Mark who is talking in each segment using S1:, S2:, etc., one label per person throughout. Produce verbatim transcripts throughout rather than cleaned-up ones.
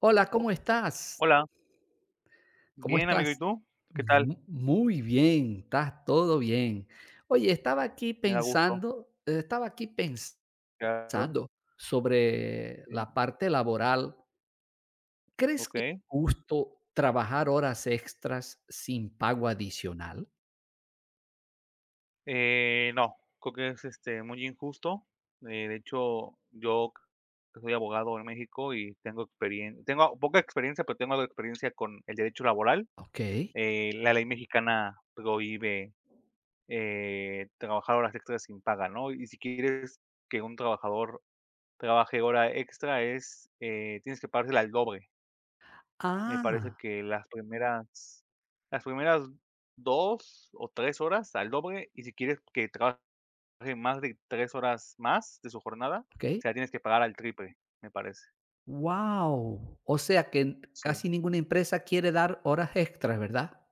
S1: Hola,
S2: Ho
S1: ¿cómo estás?
S2: Hola,
S1: ¿Cómo
S2: bien,
S1: estás?
S2: amigo, ¿y tú? ¿Qué tal?
S1: Mu- Muy bien, estás todo bien. Oye, estaba aquí
S2: Me da gusto,
S1: pensando, eh, estaba aquí pensando
S2: claro,
S1: sobre
S2: sí,
S1: la parte laboral. ¿Crees que es
S2: okey.
S1: justo trabajar horas extras sin pago adicional?
S2: Eh, no, creo que es, este, muy injusto. Eh, de hecho, yo, que soy abogado en México y tengo experiencia, tengo poca experiencia, pero tengo algo de experiencia con el derecho laboral.
S1: Ok.
S2: Eh, la ley mexicana prohíbe, eh, trabajar horas extras sin paga, ¿no? Y si quieres que un trabajador trabaje hora extra es, eh, tienes que pagársela al doble. Me parece
S1: Ah,
S2: que las primeras las primeras dos o tres horas al doble, y si quieres que trabaje más de tres horas más de su jornada,
S1: ok.
S2: se la tienes que pagar al triple, me parece.
S1: Wow. O sea que n-
S2: Sí.
S1: casi ninguna empresa quiere dar horas extras, ¿verdad?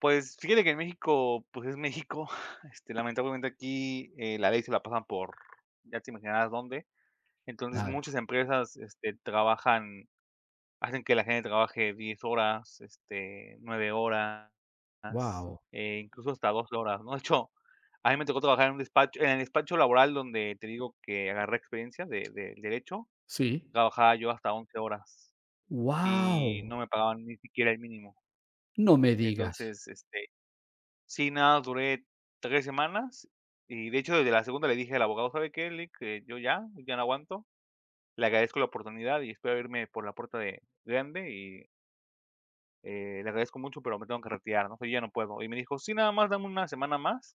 S2: Pues, fíjate que en México, pues, es México, este, lamentablemente aquí, eh, la ley se la pasan por ya te imaginarás dónde. Entonces,
S1: Claro.
S2: muchas empresas, este, trabajan hacen que la gente trabaje diez horas, este, nueve horas,
S1: Wow.
S2: eh, incluso hasta doce horas, ¿no? De hecho, a mí me tocó trabajar en un despacho en el despacho laboral, donde te digo que agarré experiencia de de derecho.
S1: Sí.
S2: Trabajaba yo hasta once horas y no
S1: Wow.
S2: me pagaban ni siquiera el mínimo.
S1: No me digas.
S2: Entonces, este, sí, nada, duré tres semanas y, de hecho, desde la segunda le dije al abogado: "¿Sabe qué, Lic? Eh, yo ya, ya no aguanto. Le agradezco la oportunidad y espero irme por la puerta de grande y Eh, le agradezco mucho, pero me tengo que retirar, ¿no? Yo ya no puedo". Y me dijo: "Sí, nada más dame una semana más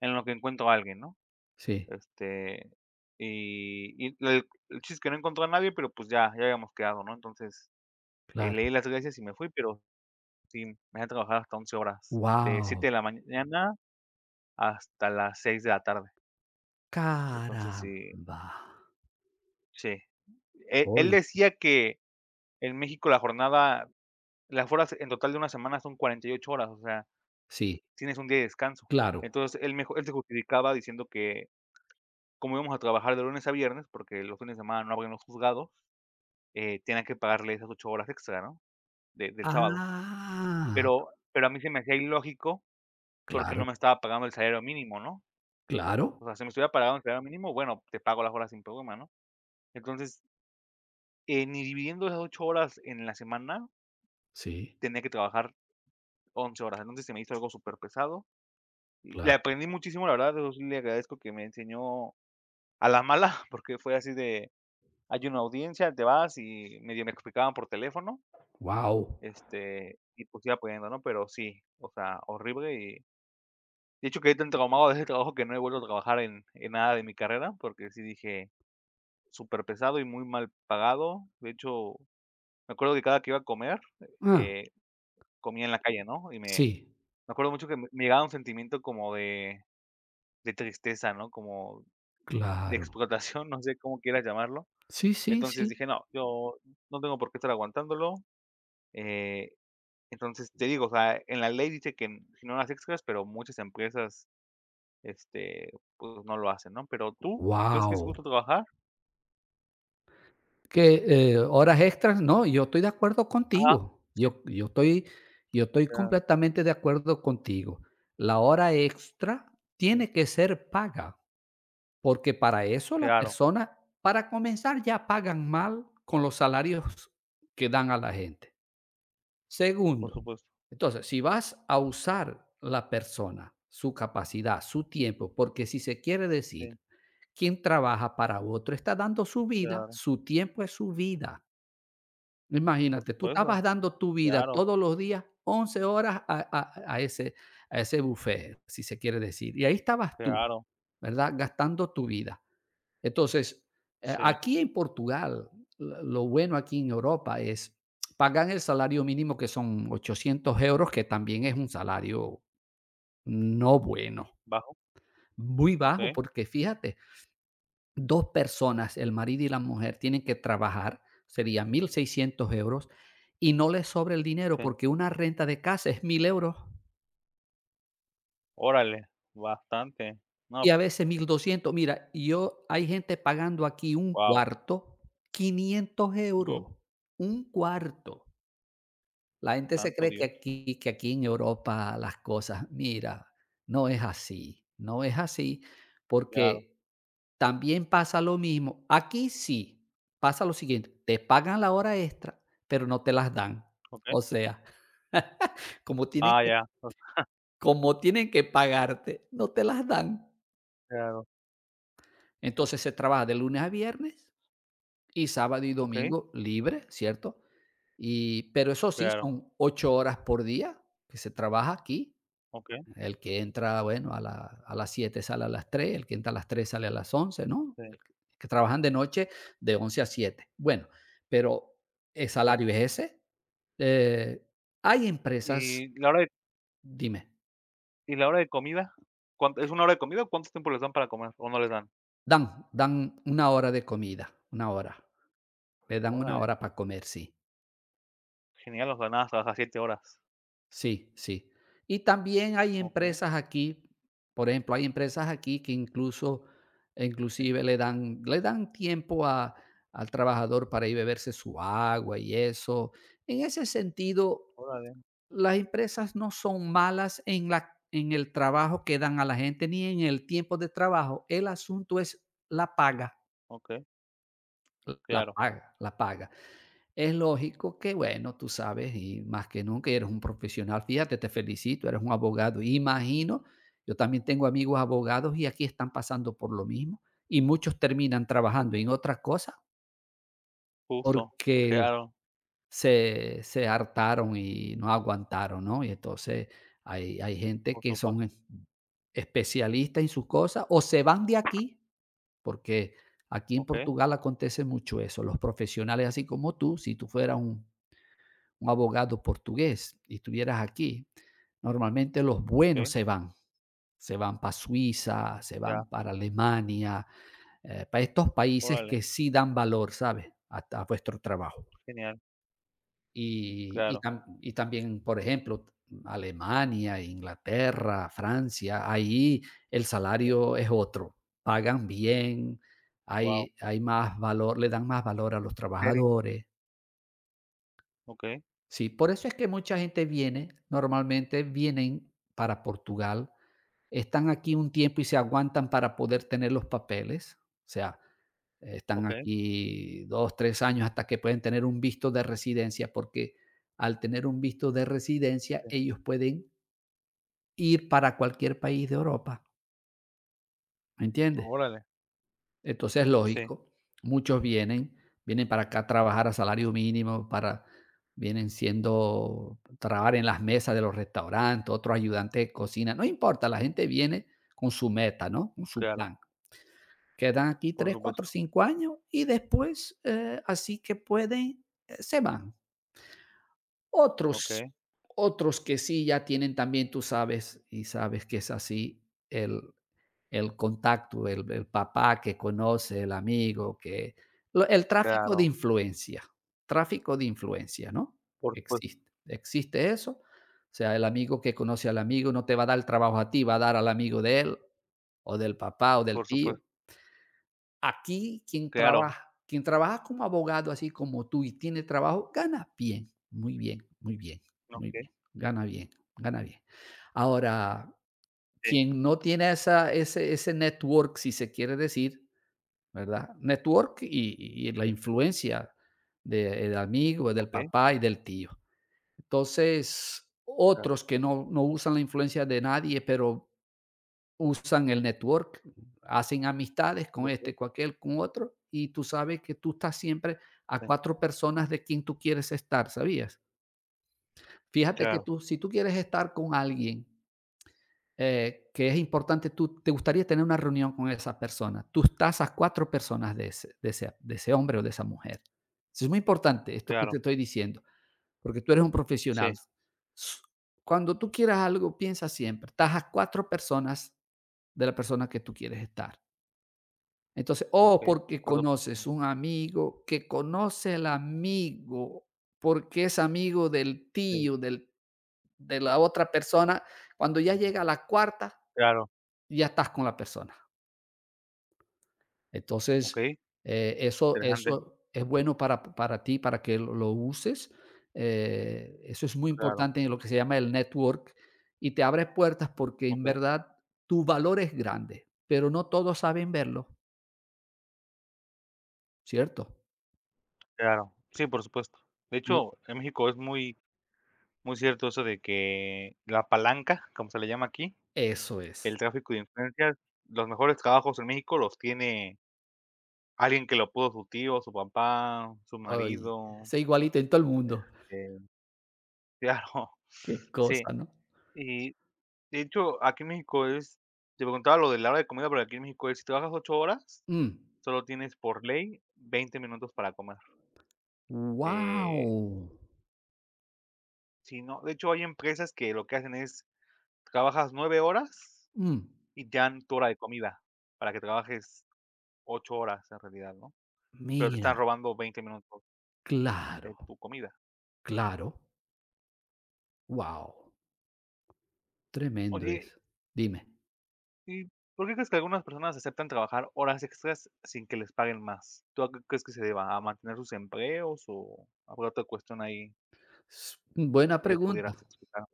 S2: en lo que encuentro a alguien, ¿no?".
S1: Sí,
S2: Este, y, y el, el chiste es que no encontró a nadie, pero pues ya, ya habíamos quedado, ¿no? Entonces, eh, le
S1: claro.
S2: las gracias y me fui, pero sí, me dejé trabajar hasta once horas, de siete
S1: Wow,
S2: de la mañana hasta las seis de la tarde. Entonces, sí,
S1: caramba.
S2: sí. Él, él
S1: Hoy,
S2: decía que en México la jornada, las horas en total de una semana, son cuarenta y ocho horas, o sea,
S1: sí,
S2: tienes un día de descanso.
S1: claro.
S2: Entonces, él mejo él se justificaba diciendo que, como íbamos a trabajar de lunes a viernes, porque los fines de semana no abren los juzgados, eh, tenía que pagarle esas ocho horas extra, ¿no? De del sábado.
S1: Ah,
S2: Pero pero a mí se me hacía ilógico, porque no
S1: claro,
S2: me estaba pagando el salario mínimo, ¿no?
S1: claro.
S2: O sea, si me estuviera pagando el salario mínimo, bueno, te pago las horas sin problema, ¿no? Entonces, eh, ni dividiendo esas ocho horas en la semana,
S1: Sí,
S2: tenía que trabajar once horas. Entonces, se me hizo algo súper pesado. Y le
S1: claro.
S2: aprendí muchísimo, la verdad, eso sí le agradezco, que me enseñó a la mala, porque fue así de: hay una audiencia, te vas, y medio me explicaban por teléfono,
S1: Wow,
S2: este, y pues iba aprendiendo, ¿no? Pero sí, o sea, horrible. Y de hecho, quedé tan traumado de ese trabajo que no he vuelto a trabajar en en nada de mi carrera, porque sí, dije, súper pesado y muy mal pagado. De hecho, me acuerdo que cada que iba a comer,
S1: ah,
S2: eh, comía en la calle, ¿no? Y me
S1: sí,
S2: me acuerdo mucho que me me llegaba un sentimiento como de de tristeza, ¿no? Como de
S1: claro.
S2: explotación, no sé cómo quieras llamarlo.
S1: Sí, sí,
S2: Entonces
S1: sí.
S2: dije: "No, yo no tengo por qué estar aguantándolo". Eh Entonces, te digo, o sea, en la ley dice que, n si no las extras, pero muchas empresas, este, pues, no lo hacen, ¿no? Pero tú, ¿crees que es justo
S1: Wow,
S2: trabajar?
S1: que, eh, horas extras, no, yo estoy de acuerdo
S2: Ajá,
S1: contigo.
S2: sí,
S1: Yo yo estoy yo estoy
S2: claro,
S1: completamente de acuerdo contigo. La hora extra
S2: sí,
S1: tiene que ser paga. Porque para eso la
S2: claro,
S1: persona para comenzar, ya pagan mal con los salarios que dan a la gente.
S2: por
S1: Segundo,
S2: supuesto,
S1: entonces, si vas a usar la persona, su capacidad, su tiempo, porque si se quiere
S2: sí,
S1: decir, quien trabaja para otro está dando su vida,
S2: claro,
S1: su tiempo es su vida.
S2: por
S1: Imagínate, tú estabas
S2: supuesto,
S1: dando tu vida
S2: claro,
S1: todos los días, once horas a a a ese a ese buffet, si se quiere decir. Y ahí estabas tú,
S2: claro,
S1: ¿verdad? Gastando tu vida. Entonces, eh,
S2: sí,
S1: aquí en Portugal, lo bueno aquí en Europa es, pagan el salario mínimo que son ochocientos euros, que también es un salario no bueno,
S2: bajo,
S1: muy
S2: ¿ok?
S1: bajo, porque fíjate, dos personas, el marido y la mujer, tienen que trabajar, sería
S2: Mm,
S1: mil seiscientos euros, y no les sobra el dinero
S2: sí,
S1: porque una renta de casa es mil euros
S2: órale, bastante, no,
S1: y a
S2: pues,
S1: veces mil doscientos. Mira, yo, hay gente pagando aquí un
S2: guau,
S1: cuarto, quinientos
S2: ujú,
S1: euros, un cuarto. La gente se
S2: santo
S1: cree que
S2: Dios,
S1: aquí que aquí en Europa las cosas, mira, no es así, no es así,
S2: claro,
S1: porque también pasa lo mismo. Aquí sí, pasa lo siguiente, te pagan la hora extra, pero no te las dan.
S2: ¿ok?
S1: O sea, como tienen
S2: Ah,
S1: que
S2: ya, pues,
S1: como tienen que pagarte, no te las dan.
S2: claro,
S1: Entonces, se trabaja de lunes a viernes y sábado y
S2: ¿ok?
S1: domingo libre, ¿cierto? Y pero eso sí,
S2: Claro,
S1: son ocho horas por día que se trabaja aquí.
S2: ¿ok?
S1: El que entra, bueno, a, la- a las siete sale a las tres, el que entra a las tres sale a las once, ¿no?
S2: Sí,
S1: El que que trabajan de noche de once a siete. Bueno, pero el
S2: okey,
S1: salario es ese. Eh, hay empresas,
S2: y la hora
S1: dime,
S2: ¿y la hora de comida? ¿Cuánto es una hora de comida, o cuánto tiempo les dan para comer, o no les dan?
S1: dan, dan una hora de comida, una hora. Le dan una
S2: Órale,
S1: hora para comer, sí.
S2: genial, o sea, nada, trabajas siete horas.
S1: Sí, sí. Y también hay
S2: Okey,
S1: empresas aquí, por ejemplo, hay empresas aquí que incluso
S2: sí,
S1: inclusive le dan le dan tiempo a al trabajador para ir a beberse su agua y eso. En ese sentido,
S2: órale,
S1: las empresas no son malas en la en el trabajo que dan a la gente, ni en el tiempo de trabajo. El asunto es la paga,
S2: okey,
S1: la
S2: claro,
S1: paga, la paga. Es lógico que, bueno, tú sabes, y más que nunca, y eres un profesional. Fíjate, te felicito, eres un abogado. Imagino, yo también tengo amigos abogados y aquí están pasando por lo mismo. Y muchos terminan trabajando en
S2: okey,
S1: otras cosas
S2: justo,
S1: porque
S2: claro,
S1: se, se hartaron y no aguantaron, ¿no? Y entonces hay, hay gente
S2: por
S1: que son
S2: supuesto,
S1: es- especialistas en sus cosas o se van de aquí, porque aquí en
S2: okey,
S1: Portugal acontece mucho eso. Los profesionales así como tú, si tú fueras un un abogado portugués y estuvieras aquí, normalmente los buenos
S2: okey,
S1: se van. Se van para Suiza, se van
S2: ya,
S1: para Alemania, eh, para estos países
S2: órale,
S1: que sí dan valor, ¿sabes? A, a vuestro trabajo.
S2: genial,
S1: Y, y,
S2: claro,
S1: tam- y también, por ejemplo, Alemania, Inglaterra, Francia, ahí el
S2: wow,
S1: salario es otro. Pagan bien,
S2: guau,
S1: hay, hay más valor, le dan más valor a los
S2: ¿en serio?
S1: trabajadores.
S2: Okey,
S1: Sí, por eso es que mucha gente viene, normalmente vienen para Portugal, están aquí un tiempo y se aguantan para poder tener los papeles, o sea, eh, están
S2: okey,
S1: aquí dos, tres años hasta que pueden tener un visto de residencia, porque al tener un visto de residencia,
S2: sí,
S1: ellos pueden ir para cualquier país de Europa, ¿me entiendes?
S2: órale,
S1: Entonces, es
S2: sí,
S1: lógico, muchos vienen, vienen para acá a trabajar a salario mínimo, para vienen siendo trabajar en las mesas de los restaurantes, otros ayudantes de cocina, no importa, la gente viene con su meta, ¿no? Con su
S2: claro,
S1: plan. Quedan aquí
S2: por
S1: tres, cuatro,
S2: supuesto,
S1: cinco años y después, eh, así que pueden, eh, se van. Otros,
S2: okey,
S1: otros que sí ya tienen también, tú sabes, y sabes que es así el el contacto, el el papá que conoce, el amigo que lo el tráfico de
S2: claro,
S1: influencia, tráfico de influencia, ¿no?
S2: por supuesto,
S1: Existe, existe eso. O sea, el amigo que conoce al amigo no te va a dar el trabajo a ti, va a dar al amigo de él, o del papá, o del
S2: por
S1: tío.
S2: supuesto,
S1: Aquí quien
S2: claro,
S1: trabaja quien trabaja como abogado, así como tú, y tiene trabajo, gana bien, muy bien, muy bien, muy
S2: okey,
S1: bien, gana bien, gana bien. Ahora
S2: sí,
S1: quien no tiene esa, ese, ese network, si se quiere decir, ¿verdad? Network y, y la
S2: sí,
S1: influencia de- del amigo, del
S2: okey,
S1: papá y del tío. Entonces,
S2: claro,
S1: otros que no, no usan la influencia de nadie, pero usan el network, hacen amistades con
S2: okey,
S1: este, con aquel, con otro, y tú sabes que tú estás siempre a
S2: sí,
S1: cuatro personas de quien tú quieres estar, ¿sabías? Fíjate que
S2: claro,
S1: tú, si tú quieres estar con alguien eh, que es importante, tú te gustaría tener una reunión con esa persona. Tú estás a cuatro personas de ese, de ese, de ese hombre o de esa mujer. Eso es muy importante, esto que te
S2: claro,
S1: estoy diciendo, porque tú eres un profesional.
S2: sí.
S1: S- Cuando tú quieras algo, piensa siempre, estás a cuatro personas de la persona que tú quieres estar. Entonces, o
S2: Okey,
S1: porque
S2: cuatro.
S1: conoces un amigo que conoce al amigo, porque es amigo del
S2: Sí,
S1: tío, del, de la otra persona, cuando ya llega a la cuarta,
S2: claro,
S1: ya estás con la persona. Entonces,
S2: okey,
S1: eh, eso,
S2: interesante,
S1: eso es bueno para, para ti, para que lo, lo uses. Eh, eso es muy
S2: claro,
S1: importante en lo que se llama el network y te abre puertas porque en
S2: okey,
S1: verdad tu valor es grande, pero no todos saben verlo, ¿cierto?
S2: claro. Sí, por supuesto. De
S1: Tú-
S2: hecho, en México es muy muy cierto eso de que la palanca, como se le llama aquí,
S1: Eso es.
S2: el tráfico de influencias, los mejores trabajos en México los tiene alguien que lo pudo, su tío, su papá, su
S1: Ay,
S2: marido,
S1: es igualito en todo el mundo.
S2: este, claro,
S1: Qué
S2: sí.
S1: cosa, ¿no?
S2: Y de hecho, aquí en México es te preguntaba lo de la hora de comida, pero aquí en México es, si trabajas ocho horas, solo tienes por ley veinte minutos para comer. Eh,
S1: wow.
S2: si no, de hecho, hay empresas que lo que hacen es, trabajas nueve horas y te dan tu hora de comida, para que trabajes ocho horas en realidad, ¿no? Pero te
S1: mira,
S2: están robando veinte minutos de
S1: claro,
S2: tu comida.
S1: claro. Wow. Tremendo
S2: Oye,
S1: eso. Dime.
S2: ¿y por qué crees que algunas personas aceptan trabajar horas extras sin que les paguen más? ¿Tú a qué crees que se deba? ¿A mantener sus empleos, o habrá otra cuestión ahí
S1: S Buena
S2: que
S1: pregunta.
S2: pudieras explicar?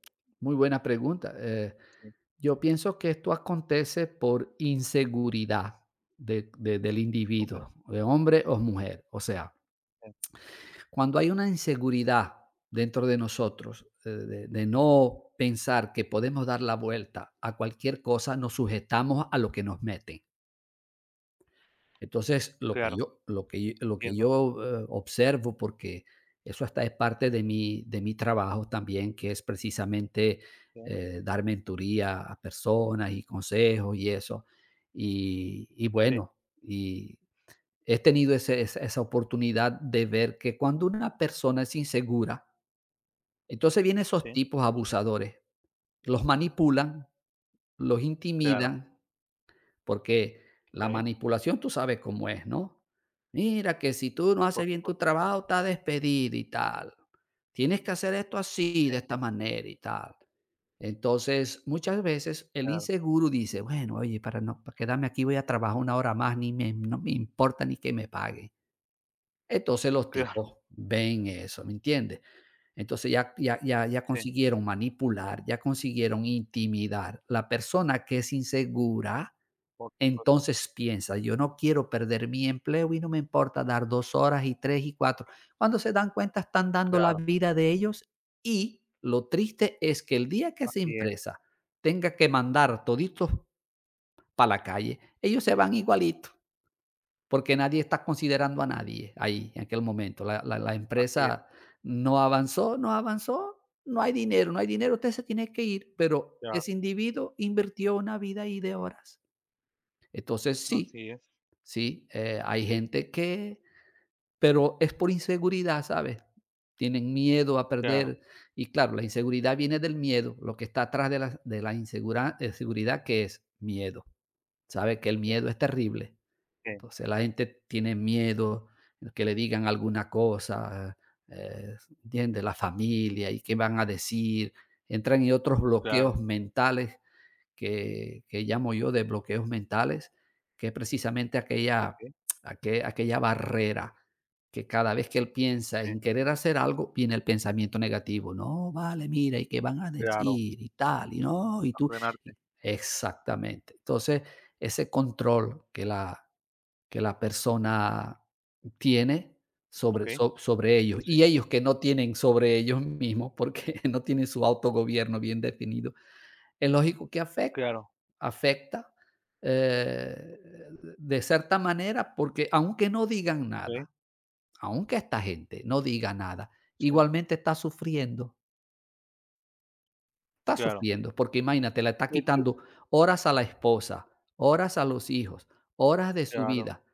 S1: Muy buena pregunta. Eh,
S2: Sí,
S1: yo pienso que esto acontece por inseguridad de de del
S2: okey,
S1: individuo, de hombre o mujer. O sea,
S2: sí,
S1: cuando hay una inseguridad dentro de nosotros, eh, de de no pensar que podemos dar la vuelta a cualquier cosa, nos sujetamos a lo que nos meten. Entonces, lo que
S2: claro,
S1: yo lo que yo- lo que
S2: entiendo,
S1: yo, eh, observo, porque eso hasta es parte de mi de mi trabajo también, que es precisamente,
S2: sí,
S1: eh, dar mentoría a personas y consejos y eso. Y y
S2: sí,
S1: bueno, y he tenido ese esa esa oportunidad de ver que cuando una persona es insegura, entonces vienen esos
S2: sí,
S1: tipos abusadores, los manipulan, los
S2: claro.
S1: intimidan porque la
S2: Okey,
S1: manipulación tú sabes cómo es, ¿no? Mira que si tú no haces
S2: por
S1: bien tu
S2: supuesto.
S1: trabajo, estás despedido y tal. Tienes que hacer esto así, de
S2: Sí,
S1: esta manera y tal. Entonces, muchas veces el
S2: claro,
S1: inseguro dice, bueno, oye, para no para quedarme aquí voy a trabajar una hora más, ni me, no me importa ni que me paguen. Entonces los
S2: claro,
S1: tipos ven eso, ¿me entiendes? Entonces ya ya ya ya
S2: sí,
S1: consiguieron manipular, ya consiguieron intimidar. La persona que es insegura,
S2: por supuesto,
S1: entonces piensa: "Yo no quiero perder mi empleo y no me importa dar dos horas y tres y cuatro. Cuando se dan cuenta, están dando la
S2: claro,
S1: vida de ellos y lo triste es que el día que esa
S2: así es,
S1: empresa tenga que mandar toditos para la calle, ellos se van igualito porque nadie está considerando a nadie ahí en aquel momento. La, la- la
S2: así es,
S1: empresa no avanzó, no avanzó, no hay dinero, no hay dinero, usted se tiene que ir, pero
S2: claro,
S1: ese individuo invirtió una vida ahí de horas. Entonces sí,
S2: así es,
S1: sí, eh, hay gente que, pero es por inseguridad, ¿sabes? Tienen miedo a
S2: claro,
S1: perder y claro, la inseguridad viene del miedo, lo que está atrás de la, de la insegura- eh, seguridad que es miedo. Sabe que el
S2: okey,
S1: miedo es terrible,
S2: sí,
S1: entonces la gente tiene miedo de que le digan alguna cosa, eh, ¿entiendes? La familia y qué van a decir. Entran en otros bloqueos
S2: claro,
S1: mentales que, que llamo yo de bloqueos mentales, que es precisamente aquella,
S2: okey,
S1: aque- aquella barrera que cada vez que él piensa
S2: sí,
S1: en querer hacer algo, viene el pensamiento negativo. No, vale, mira, ¿y qué van a
S2: claro,
S1: decir? Y tal, y no, y tú.
S2: ordenarte,
S1: Exactamente. Entonces, ese control que la, que la persona tiene sobre
S2: okey,
S1: so sobre ellos,
S2: sí,
S1: y ellos que no tienen sobre ellos mismos, porque no tienen su autogobierno bien definido. Es lógico que afecta,
S2: claro,
S1: afecta, eh, de cierta manera, porque aunque no digan
S2: okey,
S1: nada, aunque esta gente no diga nada,
S2: sí,
S1: igualmente está sufriendo, está
S2: claro,
S1: sufriendo, porque imagínate, le está
S2: de hecho,
S1: quitando horas a la esposa, horas a los hijos, horas de su
S2: claro,
S1: vida.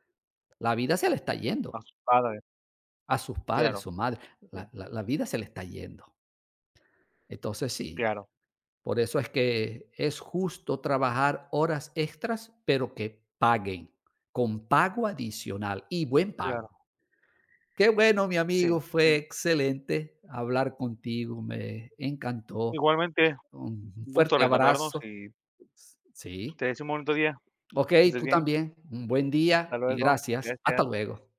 S1: La vida se le está yendo.
S2: a sus padres,
S1: A sus padres,
S2: claro,
S1: su madre, la
S2: sí,
S1: la la vida se le está yendo. Entonces sí,
S2: claro,
S1: por eso es que es justo trabajar horas extras, pero que paguen, con pago adicional y buen
S2: claro,
S1: pago. Qué bueno, mi
S2: sí,
S1: amigo, fue
S2: em,
S1: excelente hablar contigo, me encantó.
S2: igualmente,
S1: Un
S2: un gusto
S1: fuerte
S2: reencontrarnos,
S1: abrazo.
S2: y
S1: Sí.
S2: te deseo un bonito día, que
S1: Okey,
S2: estés
S1: tú
S2: bien,
S1: también. Un buen
S2: hasta
S1: día y
S2: luego,
S1: gracias. Hasta
S2: gracias.
S1: luego.